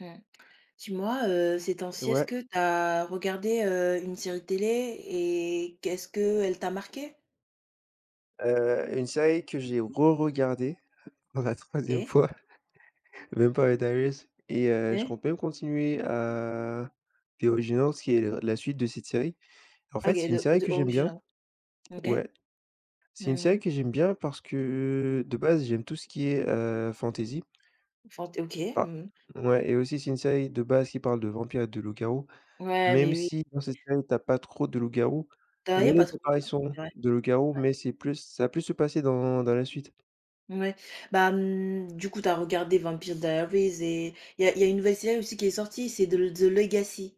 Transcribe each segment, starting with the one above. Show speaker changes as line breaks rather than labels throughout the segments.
Mmh. Dis-moi, ces temps-ci, est-ce
Ouais,
que tu as regardé, une série télé et qu'est-ce qu'elle t'a marqué.
une série que j'ai re-regardée pour la troisième
Eh
fois, même pas Darius et je
ouais.
compte même continuer à The Originals qui est le la suite de cette série. En
Ah
fait,
OK,
c'est une
de
série
de
que j'aime bien.
original. OK.
Ouais, c'est une série
Mmh.
que j'aime bien parce que, de base, j'aime tout ce qui est, fantasy.
Fant OK.
Pas.
Mmh.
Ouais, et aussi c'est une série de base qui parle de vampires et de loups-garous,
Ouais,
même
mais oui.
si dans cette série t'as pas trop de loups-garous.
Tu
Il
as il a
y a
pas
des
trop
apparitions
c'est vrai.
de loups-garous, mais c'est plus ça a plus se passer dans la suite.
Mouais. Bah, du coup, tu as regardé Vampire Diaries et il y a une nouvelle série aussi qui est sortie, c'est de The Legacy.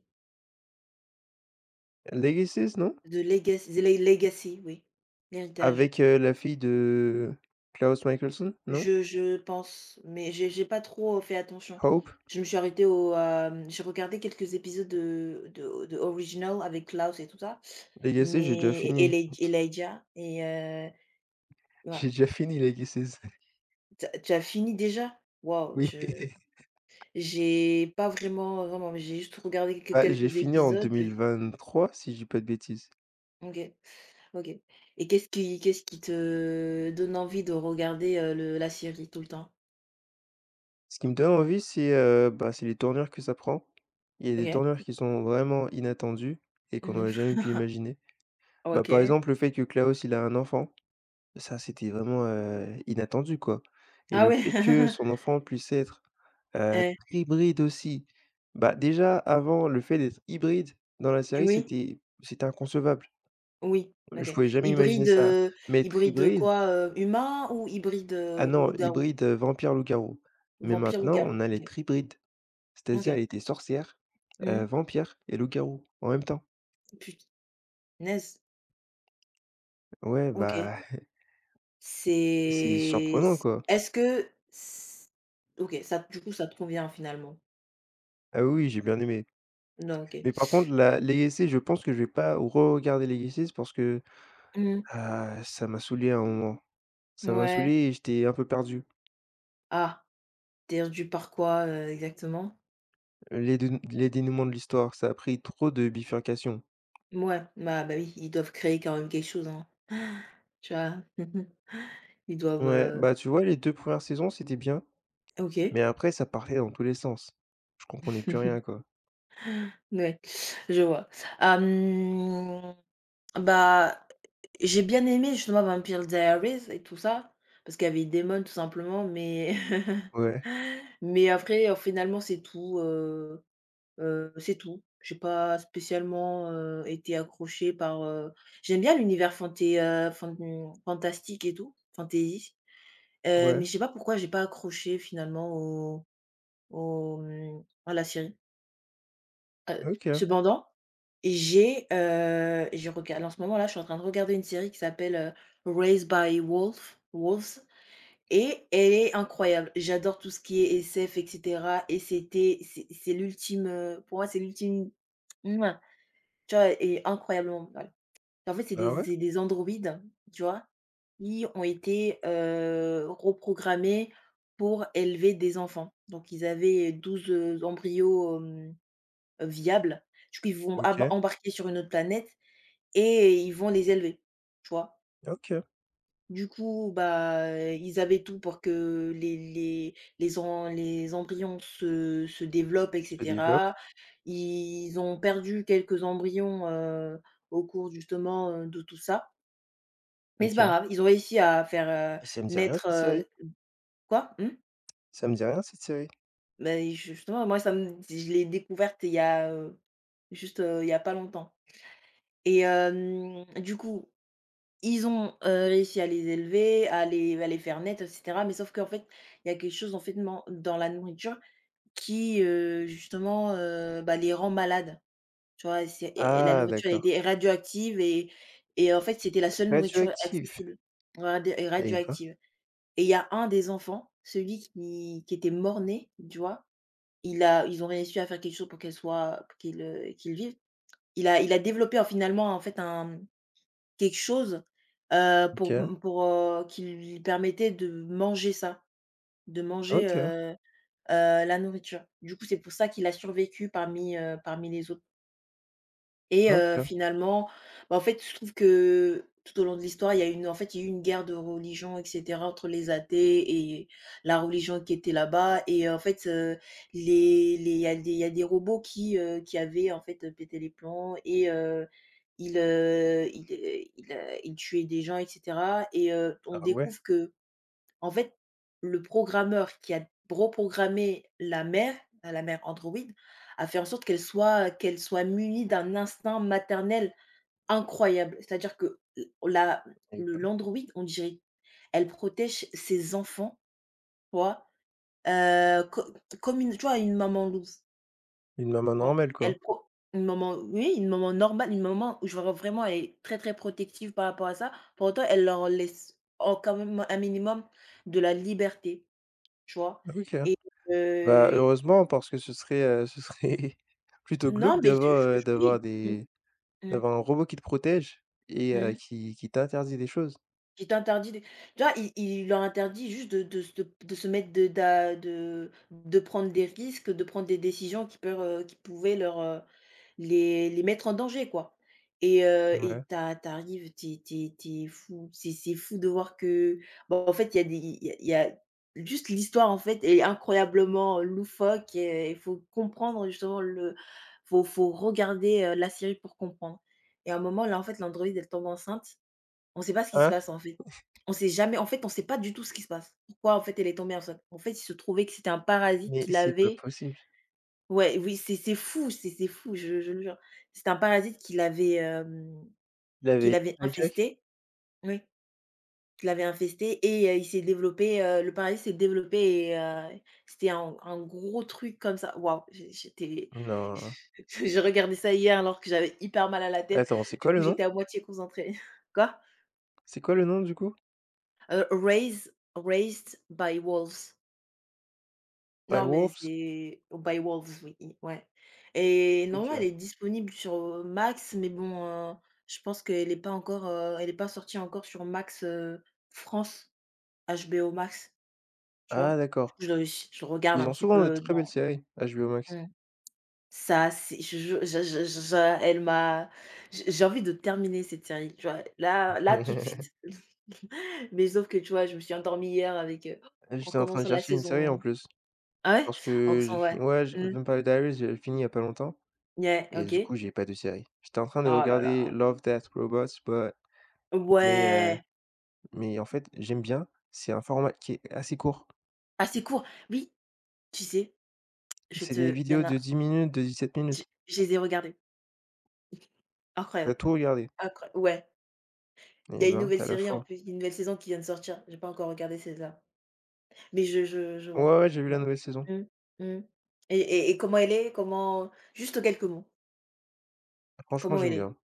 Legacies, non?
The Legacy. The Le Legacy, oui. L'héritage.
Avec, la fille de Klaus Michelson, non?
Je pense, mais j'ai pas trop fait attention.
Hope?
Je me suis arrêtée au, j'ai regardé quelques épisodes de Original avec Klaus et tout ça,
Legacy, j'ai déjà
mais et
fini.
Elei Elijah et
J'ai
voilà.
déjà fini Legacies.
Tu as fini déjà? Waouh,
Oui.
je j'ai pas vraiment vraiment, mais j'ai juste regardé quelques
Bah, j'ai
quelques
fini en
épisodes.
2023 si je dis pas de bêtises.
OK, OK. Et qu'est-ce qui te donne envie de regarder, le la série tout le temps?
Ce qui me donne envie c'est, bah, c'est les tournures que ça prend. Il y a des
OK.
tournures qui sont vraiment inattendues et qu'on n'aurait
Mmh.
jamais pu imaginer. Bah, par
OK.
exemple, le fait que Klaus, il a un enfant, ça c'était vraiment, inattendu, quoi, et
Ah
le
ouais!
fait que son enfant puisse être Heu, hybride aussi. Bah, déjà avant le fait d'être hybride dans la
Eh,
série,
oui.
c'était inconcevable.
Oui,
Je
OK.
pouvais jamais imaginer
Hybride,
ça. Mais être
hybride
hybride,
quoi, humain ou hybride,
ah non,
loup-garou?
hybride, vampire loup-garou. Mais
Vampire
maintenant, on
loup-garou?
a
OK.
les hybride, c'est-à-dire
OK.
elle était sorcière,
Mmh.
vampire et loup-garou en même temps.
Punaise!
Ouais,
OK.
bah, c'est
C'est
surprenant, quoi.
est-ce que c OK, ça du coup, ça te convient finalement?
Ah oui, oui, j'ai bien aimé.
Non, OK.
Mais par contre la Legacy, je pense que je vais pas re-regarder Legacy parce que,
Mmh.
ah, ça m'a saoulé à un moment. Ça m'a saoulé
Ouais.
et j'étais un peu perdu.
Ah, tu es rendu par quoi, exactement?
Les dénouements de l'histoire, ça a pris trop de bifurcations.
Ouais. Bah, oui, ils doivent créer quand même quelque chose, hein. Tu vois? Ils doivent,
Ouais, bah, tu vois, les 2 premières saisons, c'était bien,
OK,
mais après ça partait dans tous les sens. Je comprenais plus rien, quoi.
ouais, je vois. Hem Bah, j'ai bien aimé justement Vampire Diaries et tout ça, parce qu'il y avait Damon tout simplement, mais
Ouais,
mais après, finalement c'est tout, c'est tout. J'ai pas spécialement, été accrochée par, j'aime bien l'univers fanté fan fantastique et tout, fantasy,
ouais,
mais je sais pas pourquoi j'ai pas accroché finalement à la série.
OK.
Cependant et je regarde en ce moment là, je suis en train de regarder une série qui s'appelle, Raised by Wolf Wolves et elle est incroyable. J'adore tout ce qui est SF et cetera et c'est l'ultime, pour moi c'est l'ultime mouais, tu vois? Et incroyablement voilà. En fait, c'est des
Ah ouais?
c'est des androïdes, tu vois? Qui ont été, reprogrammés pour élever des enfants. Donc ils avaient 12 embryos, viables. Du coup, ils vont ab
OK,
embarquer sur une autre planète et ils vont les élever, tu vois?
OK.
Du coup, bah, ils avaient tout pour que les embryons se développent et
Se développe,
cetera. Ils ont perdu quelques embryons, au cours justement, de tout ça. Mais c'est pas
OK.
grave, ils ont réussi à faire, heu,
Et ça me dit rien,
naître,
cette série.
quoi? Mmh?
Ça me dit rien, cette série.
Beh, justement, moi ça me je l'ai découverte il y a, juste, il y a pas longtemps et du coup ils ont, réussi à les élever, à les faire naître et cetera, mais sauf qu'en fait, il y a quelque chose en fait dans la nourriture qui, justement, bah, les rend malades. Tu vois? C'est et la
Ah,
nourriture elle
d'accord.
était radioactive et en fait, c'était la seule nourriture
Radioactive.
accessible,
Eh ben,
radioactive et il y a un des enfants, celui qui était mort-né, tu vois? Il a ils ont réussi à faire quelque chose pour qu'elle soit pour qu'il, qu'il vive. Il a développé en finalement en fait un quelque chose, pour
OK,
pour, qui lui permettait de manger ça, de manger,
OK,
la nourriture. Du coup, c'est pour ça qu'il a survécu parmi, parmi les autres. Et
OK.
finalement, bah, en fait, je trouve que tout au long de l'histoire, il y a une en fait, il y a eu une guerre de religion et cetera entre les athées et la religion qui était là-bas et en fait, les il y a des robots qui avaient, en fait, pété les plombs et ils, heu, ils, heu, ils, heu, ils tuaient des gens et cetera et on
Ah ouais,
découvre que en fait, le programmeur qui a reprogrammé la mère Android, a fait en sorte qu'elle soit munie d'un instinct maternel incroyable. C'est-à-dire que l la
eh
le
ben,
l'Android, on dirait, elle protège ses enfants, tu vois? Co comme une tu vois, une maman louve, tu
une maman
vois?
normale, quoi.
Elle pro une maman oui, une maman normale, une maman où je vois vraiment elle est très, très protective par rapport à ça. Pour autant, elle leur laisse en quand même un minimum de la liberté. Tu vois?
OK.
Et
Bah,
heu,
heureusement parce que ce serait plutôt
non,
glauque
mais
d'avoir, heu,
je oui.
d'avoir
Mmh,
des
mmh,
D'avoir un robot qui te protège et
mmh.
qui t'interdit des choses?
Qui t'interdit de tu il leur interdit juste de se mettre de prendre des risques, de prendre des décisions qui peuvent, qui pouvaient leur, les mettre en danger, quoi et
Ouais.
t'as t'arrives, t'es tu fou, c'est fou de voir que, bon en fait, il y a des il y a juste l'histoire, en fait, est incroyablement loufoque et il faut comprendre justement le faut regarder, la série pour comprendre et à un moment, là, en fait, l'androïde, elle tombe enceinte on sait pas ce qui se
Hein?
passe, en fait. On sait jamais en fait, on sait pas du tout ce qui se passe. Pourquoi, en fait, elle est tombée enceinte? En fait, il se trouvait que c'était un parasite
Mais
qu'il
c'est pas
avait.
possible.
Ouais, oui, c'est fou, c'est fou, je le jure. C'était un parasite qu'il avait
Il
qui
avait
l'avait
hijack?
infesté oui, qu'il avait infesté et il s'est développé, le parasite s'est développé et c'était un gros truc comme ça. Waouh, j'ai j'étais
Non.
j'ai regardé ça hier alors que j'avais hyper mal à la tête.
Attends, c'est
Du
quoi le
coup,
nom?
j'étais à moitié concentrée. Quoi?
C'est quoi le nom du coup?
Raised by Wolves.
By
Non, mais
Wolves?
c'est by Wolves, oui, i ouais et normalement, elle
OK.
est disponible sur, Max, mais bon, heu, je pense qu'elle est pas encore, elle est pas sortie encore sur Max, France, HBO Max, tu
Ah,
vois? Du
d'accord.
coup, je regarde
Ils
un
ont
petit
souvent de
peu
très belles
dans
séries, HBO Max.
mmh. Ça, c'est je elle m'a j'ai envie de terminer cette série, tu vois? Là là, tout de suite. Mais sauf que, tu vois, je me suis endormie hier avec, en
J'étais en train de
commençant la
chercher une série en
saison.
plus,
Ah ouais?
parce
En
que j'ai
faisant ouais.
fini, ouais, j
Mmh.
Vampire Diaries, j'ai fini il y a pas longtemps.
Ouais,
Et du
OK.
coup, j'ai pas de série. J'étais en train de
Oh là
regarder
là.
Love, Death, Robots, but mais heu,
Ouais!
mais en fait, j'aime bien. C'est un format qui est assez court.
Assez court. Oui, tu sais, je
C'est des
te il y en
vidéos
a
de 10 minutes, de 17
je
minutes.
je les ai regardés.
Tu
Incroyable,
tout regardé.
incroya ouais.
Et
Il y a une
ben,
nouvelle
t'as la
série en
fois.
plus, il y a une nouvelle saison qui vient de sortir. J'ai pas encore regardé celle-là, mais je
Ouais,
vois.
ouais, j'ai vu
Je
la
vois.
nouvelle saison.
Mmh. Mmh. Et comment elle est? Comment juste quelques mots,
Franchement,
comment elle
j'aime
est?
bien.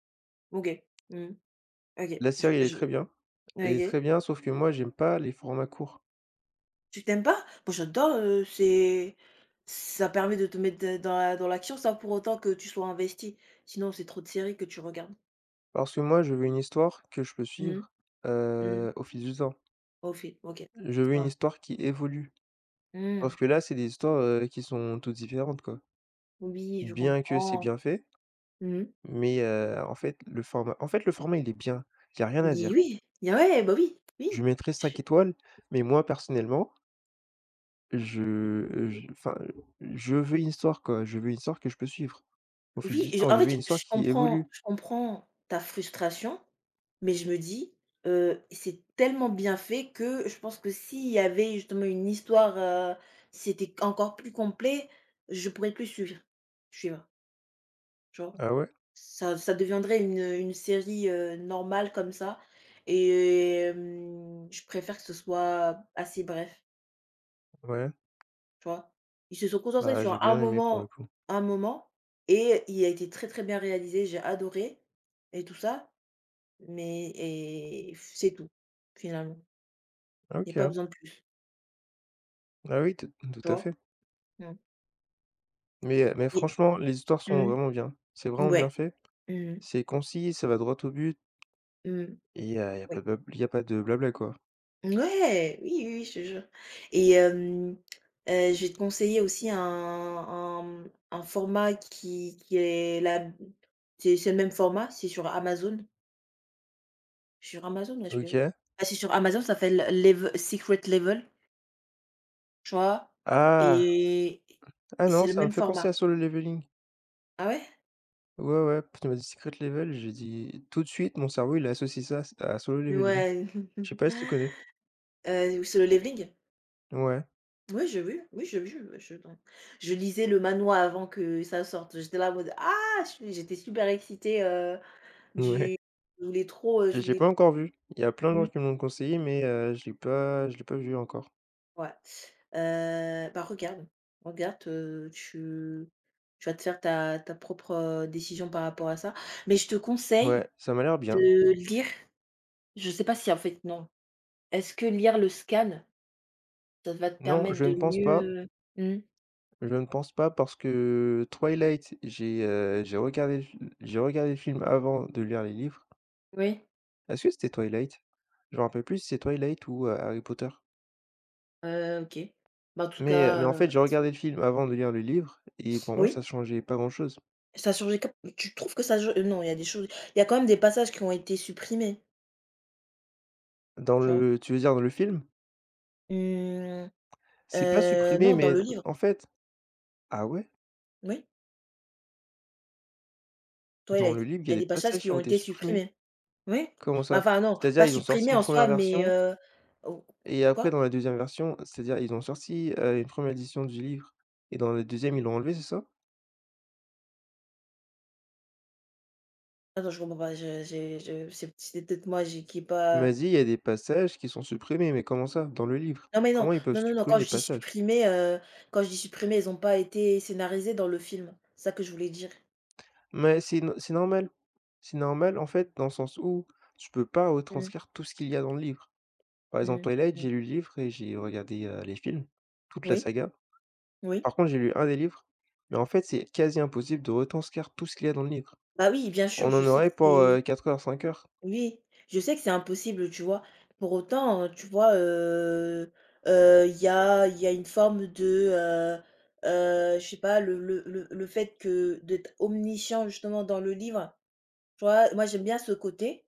OK. Mmh. OK,
La série, elle est
je
très bien. Elle est très
OK.
bien, sauf que moi, j'aime pas les formats courts.
Tu t'aimes pas? Moi j'adore, c'est ça permet de te mettre de dans la dans l'action sans pour autant que tu sois investi. Sinon, c'est trop de séries que tu regardes.
Parce que moi, je veux une histoire que je peux
Mmh.
suivre,
Mmh.
au fil du temps.
Au fil OK.
Je veux une
Ouais.
histoire qui évolue.
Mmh.
Parce que là, c'est des histoires, qui sont toutes différentes, quoi.
Oui, je
Bien que c'est
comprends.
bien fait.
Mmh mh.
Mais en fait, le format, en fait, le format, il est bien. Il y a rien à
Oui,
dire.
oui. Ah ouais, bah oui, oui.
Je lui mettrais 5 étoiles, mais moi, personnellement, je enfin, je veux une histoire, quoi. Je veux une histoire que je peux suivre au fil
Oui,
du
je
temps.
en
Je veux une
fait,
histoire qui évolue.
je comprends ta frustration, mais je me dis, c'est tellement bien fait que je pense que s'il y avait justement une histoire, si c'était encore plus complet, je pourrais plus suivre suivre, tu vois?
Ah ouais?
Ça ça deviendrait une série, normale comme ça et je préfère que ce soit assez bref.
Ouais.
Tu vois? Ils se sont concentrés
Bah, j'ai
sur
bien aimé pour le coup.
un moment et il a été très, très bien réalisé, j'ai adoré et tout ça, mais c'est tout, finalement.
Ah,
Il y a pas
OK.
besoin de plus,
Ah oui, tout
tu
tout à
vois?
fait.
Mmh
Mais
et
franchement, les histoires sont
mmh,
vraiment bien. C'est vraiment bien
ouais,
fait.
mmh,
C'est concis, ça va droit au but,
mmh,
et il n'y a, y a pas
oui.
de blab il y a pas de blabla, quoi.
Ouais, oui, oui, oui, je te jure et je vais te conseiller aussi un format qui est la c'est le même format, c'est sur Amazon. Sur Amazon, ouais, je peux
OK.
ah, c'est sur Amazon, ça s'appelle Level Secret Level, tu vois?
Ah!
Et
Ah
c'est
non,
le
ça me
même
fait penser
format.
à Solo Leveling.
Ah ouais?
Ouais, ouais, puis tu m'as dit Secret Level, j'ai dit tout de suite, mon cerveau, il a associé ça à Solo Leveling.
Ouais.
Je sais pas si tu connais?
Sur le leveling?
Ouais,
Oui, j'ai vu, ouais, je donc je lisais le manhwa avant que ça sorte. J'étais là en mode: «Ah!» je suis j'étais super excitée,
ouais.
du je voulais trop, je
Et j'ai
voulais
pas encore vu. Il y a plein de
mmh,
gens qui me l'ont conseillé, mais je l'ai pas vu encore.
ouais. Bah, regarde, regarde, tu vas te faire ta propre, décision par rapport à ça. Mais je te conseille
Ouais, ça m'a l'air bien.
de lire, je sais pas si en fait non. Est-ce que lire le scan, ça va te
Non,
permettre
je ne
de
pense pas,
mieux, mmh,
je ne pense pas parce que Twilight, j'ai regardé le film avant de lire les livres.
oui,
Est-ce que c'était Twilight? Je me rappelle plus si c'est Twilight ou, Harry Potter.
OK. Bah, en tout
Mais
cas,
en fait, j'ai regardé le film avant de lire le livre et pour moi,
oui,
ça changeait pas grand-chose.
ça a changé cap tu trouves que ça je non, il y a des choses il y a quand même des passages qui ont été supprimés,
Dans
tu vois?
le tu veux dire dans le film?
Mmh,
C'est pas supprimé,
non, dans
mais
le
d
livre,
en fait. Ah ouais?
oui,
Dans le
Twilight.
livre, il y
Il
a
y a
des
des passages
passages
qui
qui ont
ont
été
été
supprimés?
supprimés. Oui.
Comment
Bah,
ça?
enfin non,
C'est-à-dire,
pas
ils ont sorti
supprimés
une
en
première
soi, mais,
version
ou
et après
quoi?
dans la deuxième version, c'est-à-dire, ils ont sorti, une première édition du livre et dans la deuxième ils
Mmh.
l'ont enlevé, c'est ça?
Attends, je comprends pas, je j'ai je c'est c'était peut-être moi j'ai qui est
Il m'a
pas
dit: «Il y a des passages qui sont supprimés», mais comment ça? Dans le livre?
non mais non,
Comment ils peuvent
non, non, non,
supprimer
quand
des
je dis
passages?
supprimer, quand je dis supprimer, elles ont pas été scénarisées dans le film. C'est ça que je voulais dire.
Mais c'est no c'est normal. C'est normal, en fait, dans le sens où tu peux pas
Mmh,
retranscrire tout ce qu'il y a dans le livre. Par exemple,
mmh,
Twilight, j'ai
mmh.
lu le livre et j'ai regardé, les films, toute la
Oui,
saga.
oui.
Par contre, j'ai lu un des livres, mais en fait, c'est quasi impossible de retranscrire tout ce qu'il y a dans le livre.
Bah oui, bien sûr,
On
je
en
sais que
aurait pour,
c'est
4 heures, 5 heures.
oui, je sais que c'est impossible, tu vois? Pour autant, tu vois, il y a une forme de, je sais pas, le fait que d'être omniscient justement dans le livre, tu vois? Moi, j'aime bien ce côté.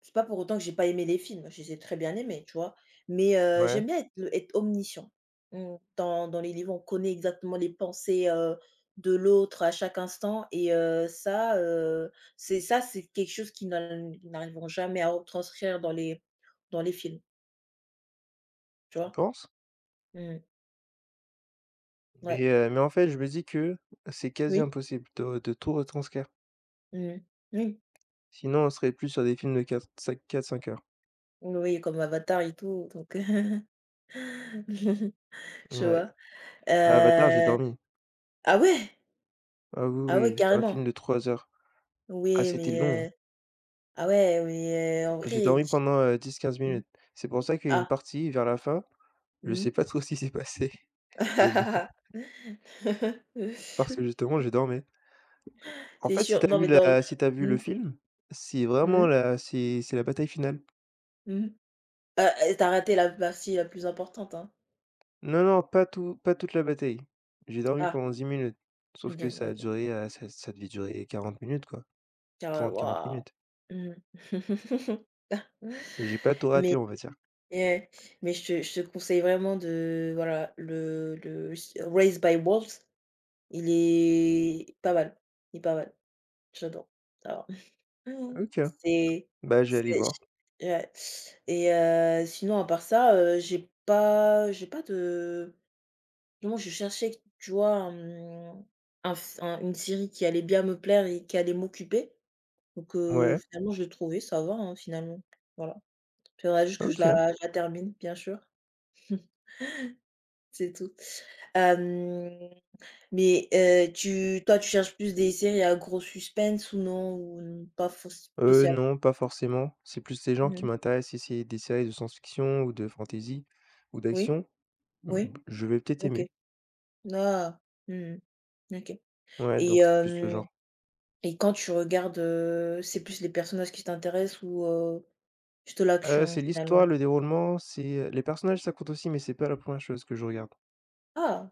C'est pas pour autant que j'ai pas aimé les films, je les ai très bien aimés, tu vois? Mais,
Ouais,
j'aime bien être omniscient. Mmh, dans les livres, on connaît exactement les pensées, de l'autre à chaque instant et ça, c'est ça, c'est quelque chose qu'ils n'al ils n'arriveront jamais à retranscrire dans les films, tu
je
vois?
pense,
Mmh,
mais
ouais.
heu, mais en fait, je me dis que c'est quasi
Oui.
impossible de tout retranscrire.
Mmh. Oui.
Sinon, on serait plus sur des films de quatre, 5 4 heures.
Oui, comme Avatar et tout, donc tu
Ouais.
vois?
Bah, Avatar, j'ai
Heu
dormi.
ah ouais?
Ah
Ah
oui, oui,
ouais,
c'était un film
carrément.
de 3 heures. Ah,
Oui,
c'était long.
mais ah ouais, mais en
J'ai
vrai,
dormi pendant, 10-15
tu mmh.
minutes. C'est pour ça qu'il y a une
Ah,
partie vers la fin, je
mmh.
sais pas trop ce qui s'est passé, mais bon. Parce que justement, je dormais. En
C'est
fait,
sûr. Non, mais dans l
si t'as vu le
mmh,
film, c'est vraiment
mmh,
la c'est c'est la bataille finale.
mmh. Ah et tu raté la partie la plus importante, hein.
Non, non, pas toute la bataille. J'ai dormi
Ah,
pendant 10 minutes, sauf
OK,
que ça a
OK.
duré, ça devait durer 40 minutes, quoi.
Car
30 quarante
waouh!
minutes.
Mmh.
J'ai pas tout raté, on va dire.
Et mais je te conseille vraiment de voilà, le s Raised by Wolves, il est pas mal, il est pas mal. J'adore. Ah mmh.
OK. Bah, je vais aller
C'est
voir.
j ouais et sinon à part ça, j'ai pas de non, je cherchais, tu vois, un une série qui allait bien me plaire et qui allait m'occuper donc
Ouais,
finalement je l'ai trouvée, ça va, hein, finalement. Voilà. Faudra juste que
OK.
je la termine, bien sûr. C'est tout. Hem, mais tu toi, tu cherches plus des séries à gros suspense ou non? Ou pas forc
Euh
spécialement?
non, pas forcément. C'est plus les gens qui
Mmh.
m'intéressent. Si c'est des séries de science-fiction ou de fantasy ou
Oui?
d'action, mmh,
Oui?
je vais peut-être
OK.
aimer.
Ah! Mmh mmh, OK
Ouais,
et
donc c'est plus le genre.
hem et quand tu regardes, c'est plus les personnages qui t'intéressent ou juste
Heu,
l'action
c'est l'histoire,
finalement?
le déroulement, c'est, les personnages, ça compte aussi, mais c'est pas la première chose que je regarde.
Ah!